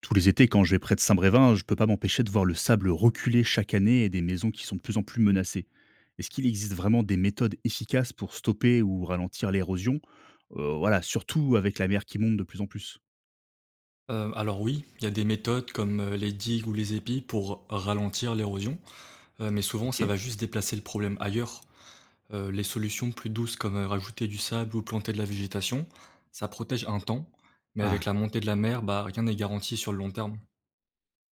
Tous les étés, quand je vais près de Saint-Brévin, je peux pas m'empêcher de voir le sable reculer chaque année et des maisons qui sont de plus en plus menacées. Est-ce qu'il existe vraiment des méthodes efficaces pour stopper ou ralentir l'érosion? Voilà, surtout avec la mer qui monte de plus en plus. Alors oui, il y a des méthodes comme, les digues ou les épis pour ralentir l'érosion, mais souvent Ok. ça va juste déplacer le problème ailleurs. Les solutions plus douces comme, rajouter du sable ou planter de la végétation, ça protège un temps, mais avec Ah, la montée de la mer, bah, rien n'est garanti sur le long terme.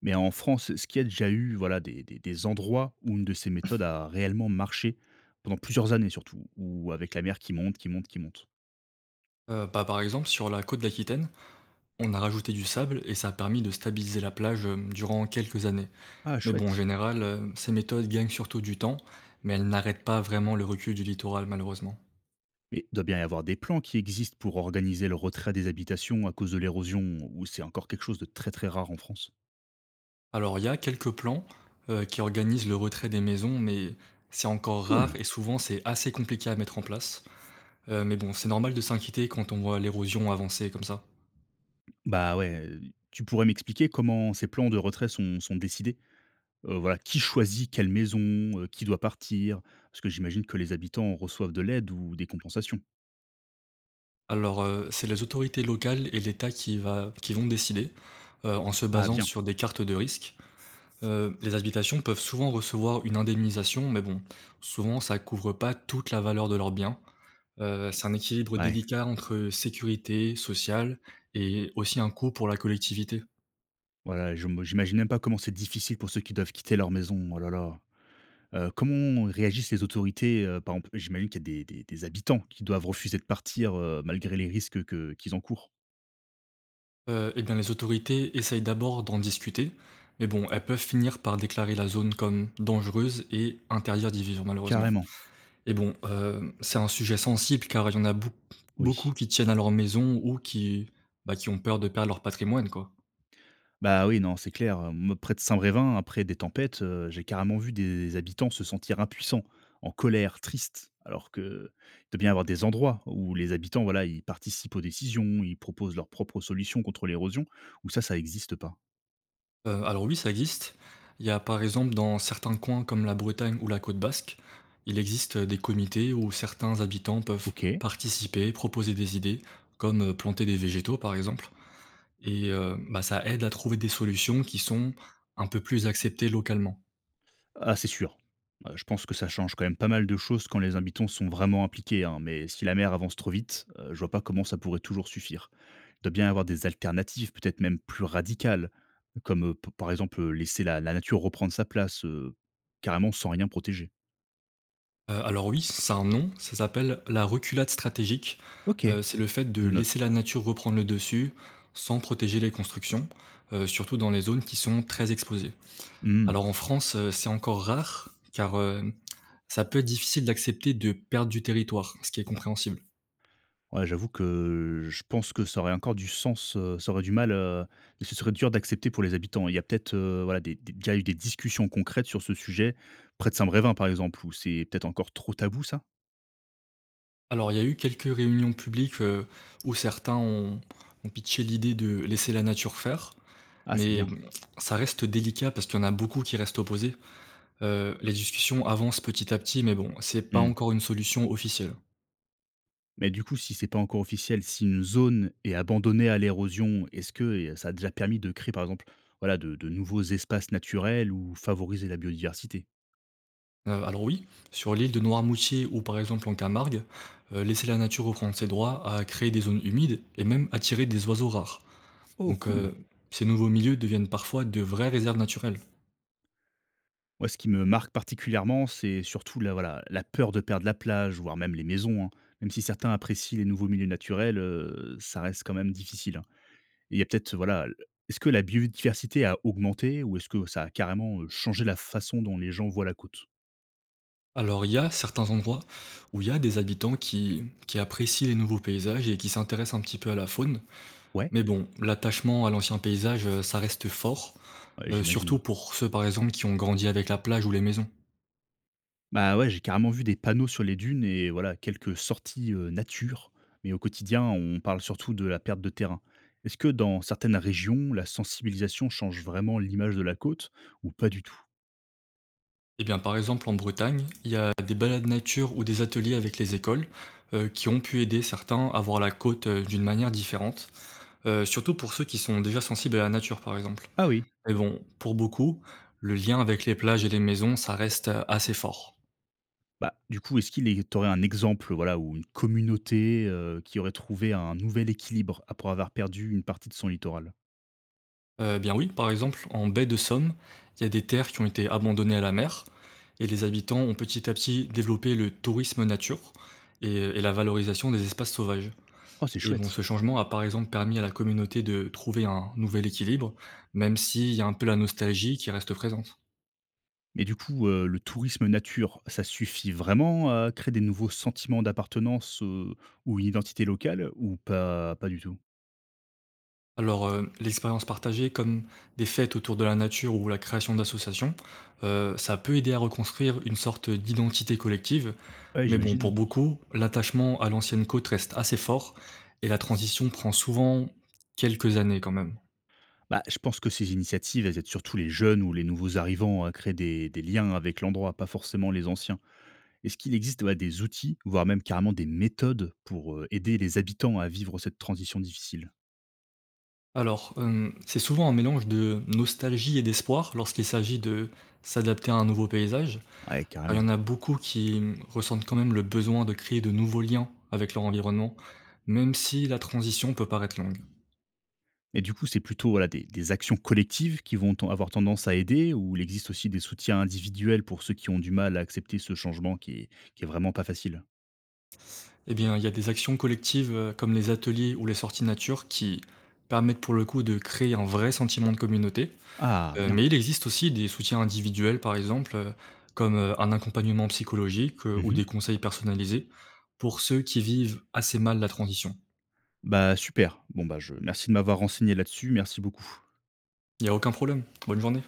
mais en France, est-ce qu'il y a déjà eu voilà, des endroits où une de ces méthodes a réellement marché pendant plusieurs années surtout, ou avec la mer qui monte, qui monte, qui monte? Bah, par exemple sur la côte d'Aquitaine, on a rajouté du sable et ça a permis de stabiliser la plage, durant quelques années. Ah, Mais bon, en chouette. général, ces méthodes gagnent surtout du temps, mais elles n'arrêtent pas vraiment le recul du littoral malheureusement. Mais il doit bien y avoir des plans qui existent pour organiser le retrait des habitations à cause de l'érosion, ou c'est encore quelque chose de très très rare en France? Alors, il y a quelques plans, qui organisent le retrait des maisons, mais c'est encore rare Cool. et souvent c'est assez compliqué à mettre en place. Mais bon, c'est normal de s'inquiéter quand on voit l'érosion avancer comme ça. Bah ouais, tu pourrais m'expliquer comment ces plans de retrait sont décidés? Voilà, qui choisit quelle maison, qui doit partir? Parce que j'imagine que les habitants reçoivent de l'aide ou des compensations? Alors, c'est les autorités locales et l'État qui vont décider, en se Ah basant bien, sur des cartes de risque. Les habitations peuvent souvent recevoir une indemnisation, mais bon, souvent ça couvre pas toute la valeur de leurs biens. C'est un équilibre ouais, délicat entre sécurité sociale et aussi un coût pour la collectivité. voilà, je me j'imagine même pas comment c'est difficile pour ceux qui doivent quitter leur maison, oh là là. Comment réagissent les autorités, par exemple? J'imagine qu'il y a des habitants qui doivent refuser de partir, malgré les risques que qu'ils encourent? Et bien les autorités essayent d'abord d'en discuter, mais bon, elles peuvent finir par déclarer la zone comme dangereuse et interdire d'y vivre malheureusement, Carrément, et bon, c'est un sujet sensible car il y en a beaucoup oui. beaucoup qui tiennent à leur maison ou qui, bah, qui ont peur de perdre leur patrimoine quoi. Bah, oui, non, c'est clair, moi près de Saint-Brévin, après des tempêtes, j'ai carrément vu des habitants se sentir impuissants, en colère, tristes, alors qu'il doit bien y avoir des endroits où les habitants, voilà, ils participent aux décisions, ils proposent leurs propres solutions contre l'érosion, où ça n'existe pas. Alors oui, ça existe. Il y a par exemple dans certains coins comme la Bretagne ou la Côte Basque, il existe des comités où certains habitants peuvent OK. participer, proposer des idées, comme, planter des végétaux par exemple. Et bah, ça aide à trouver des solutions qui sont un peu plus acceptées localement. Ah, c'est sûr. Je pense que ça change quand même pas mal de choses quand les habitants sont vraiment impliqués, hein, mais si la mer avance trop vite, je vois pas comment ça pourrait toujours suffire. Il doit bien y avoir des alternatives, peut-être même plus radicales, comme, p par exemple, laisser la nature reprendre sa place, carrément sans rien protéger. Alors oui, c'est un nom, ça s'appelle la reculade stratégique. OK, je C'est le fait de laisser note. la nature reprendre le dessus, sans protéger les constructions, surtout dans les zones qui sont très exposées. Mmh. Alors en France, c'est encore rare car, ça peut être difficile d'accepter de perdre du territoire, ce qui est compréhensible. Ouais, j'avoue que je pense que ça aurait encore du sens, ça aurait du mal, et ce serait dur d'accepter pour les habitants. Il y a peut-être, voilà, des déjà eu des discussions concrètes sur ce sujet près de Saint-Brévin, par exemple, où c'est peut-être encore trop tabou ça? Alors il y a eu quelques réunions publiques, où certains ont pitché l'idée de laisser la nature faire. Ah, c'est Mais bien. ça reste délicat parce qu'il y en a beaucoup qui restent opposés. Les discussions avancent petit à petit, mais bon, c'est pas Mmh. encore une solution officielle. Mais du coup, si c'est pas encore officiel, si une zone est abandonnée à l'érosion, est-ce que ça a déjà permis de créer, par exemple, voilà, de nouveaux espaces naturels ou favoriser la biodiversité? Alors oui, sur l'île de Noirmoutier ou par exemple en Camargue, laisser la nature reprendre ses droits a créé des zones humides et même attiré des oiseaux rares. Oh Donc cool! Ces nouveaux milieux deviennent parfois de vraies réserves naturelles. Moi, ce qui me marque particulièrement, c'est surtout la voilà, la peur de perdre la plage, voire même les maisons, hein. Même si certains apprécient les nouveaux milieux naturels, ça reste quand même difficile, hein. Et il y a peut-être, voilà, l est-ce que la biodiversité a augmenté ou est-ce que ça a carrément, changé la façon dont les gens voient la côte? Alors il y a certains endroits où il y a des habitants qui apprécient les nouveaux paysages et qui s'intéressent un petit peu à la faune. Ouais, Mais bon, l'attachement à l'ancien paysage, ça reste fort, ouais, surtout j'imagine. pour ceux, par exemple, qui ont grandi avec la plage ou les maisons. Bah, ouais, j'ai carrément vu des panneaux sur les dunes et voilà, quelques sorties, nature, mais au quotidien, on parle surtout de la perte de terrain. Est-ce que dans certaines régions, la sensibilisation change vraiment l'image de la côte ou pas du tout? Eh bien, par exemple, en Bretagne, il y a des balades nature ou des ateliers avec les écoles, qui ont pu aider certains à voir la côte, d'une manière différente, surtout pour ceux qui sont déjà sensibles à la nature, par exemple. Ah oui. Mais bon, pour beaucoup, le lien avec les plages et les maisons, ça reste, assez fort. Bah, du coup, est-ce qu'il est tu aurais un exemple, voilà, ou une communauté, qui aurait trouvé un nouvel équilibre après avoir perdu une partie de son littoral? Bien oui, par exemple, en baie de Somme, il y a des terres qui ont été abandonnées à la mer et les habitants ont petit à petit développé le tourisme nature et et la valorisation des espaces sauvages, Oh, c'est et bon, ce chouette. changement a par exemple permis à la communauté de trouver un nouvel équilibre, même s'il y a un peu la nostalgie qui reste présente. Mais du coup, le tourisme nature, ça suffit vraiment à créer des nouveaux sentiments d'appartenance, ou une identité locale ou pas du tout? Alors, l'expérience partagée comme des fêtes autour de la nature ou la création d'associations, ça peut aider à reconstruire une sorte d'identité collective. Ouais, Mais bon, pour j'imagine. beaucoup, l'attachement à l'ancienne côte reste assez fort et la transition prend souvent quelques années quand même. Bah, je pense que ces initiatives, elles aident surtout les jeunes ou les nouveaux arrivants à créer des liens avec l'endroit, pas forcément les anciens. Est-ce qu'il existe, ouais, des outils, voire même carrément des méthodes pour, aider les habitants à vivre cette transition difficile? Alors, c'est souvent un mélange de nostalgie et d'espoir lorsqu'il s'agit de s'adapter à un nouveau paysage. Ouais, Alors, carrément. il y en a beaucoup qui, ressentent quand même le besoin de créer de nouveaux liens avec leur environnement, même si la transition peut paraître longue. Et du coup, c'est plutôt, voilà, des actions collectives qui vont ten avoir tendance à aider ou il existe aussi des soutiens individuels pour ceux qui ont du mal à accepter ce changement qui est vraiment pas facile? Eh bien, il y a des actions collectives comme les ateliers ou les sorties nature qui permettent pour le coup de créer un vrai sentiment de communauté. Ah Euh, bien. mais il existe aussi des soutiens individuels, par exemple, comme un accompagnement psychologique ou Mmh. des conseils personnalisés pour ceux qui vivent assez mal la transition. Bah, super. Bon, bah, je merci de m'avoir renseigné là-dessus, merci beaucoup. Il n'y a aucun problème. Bonne journée.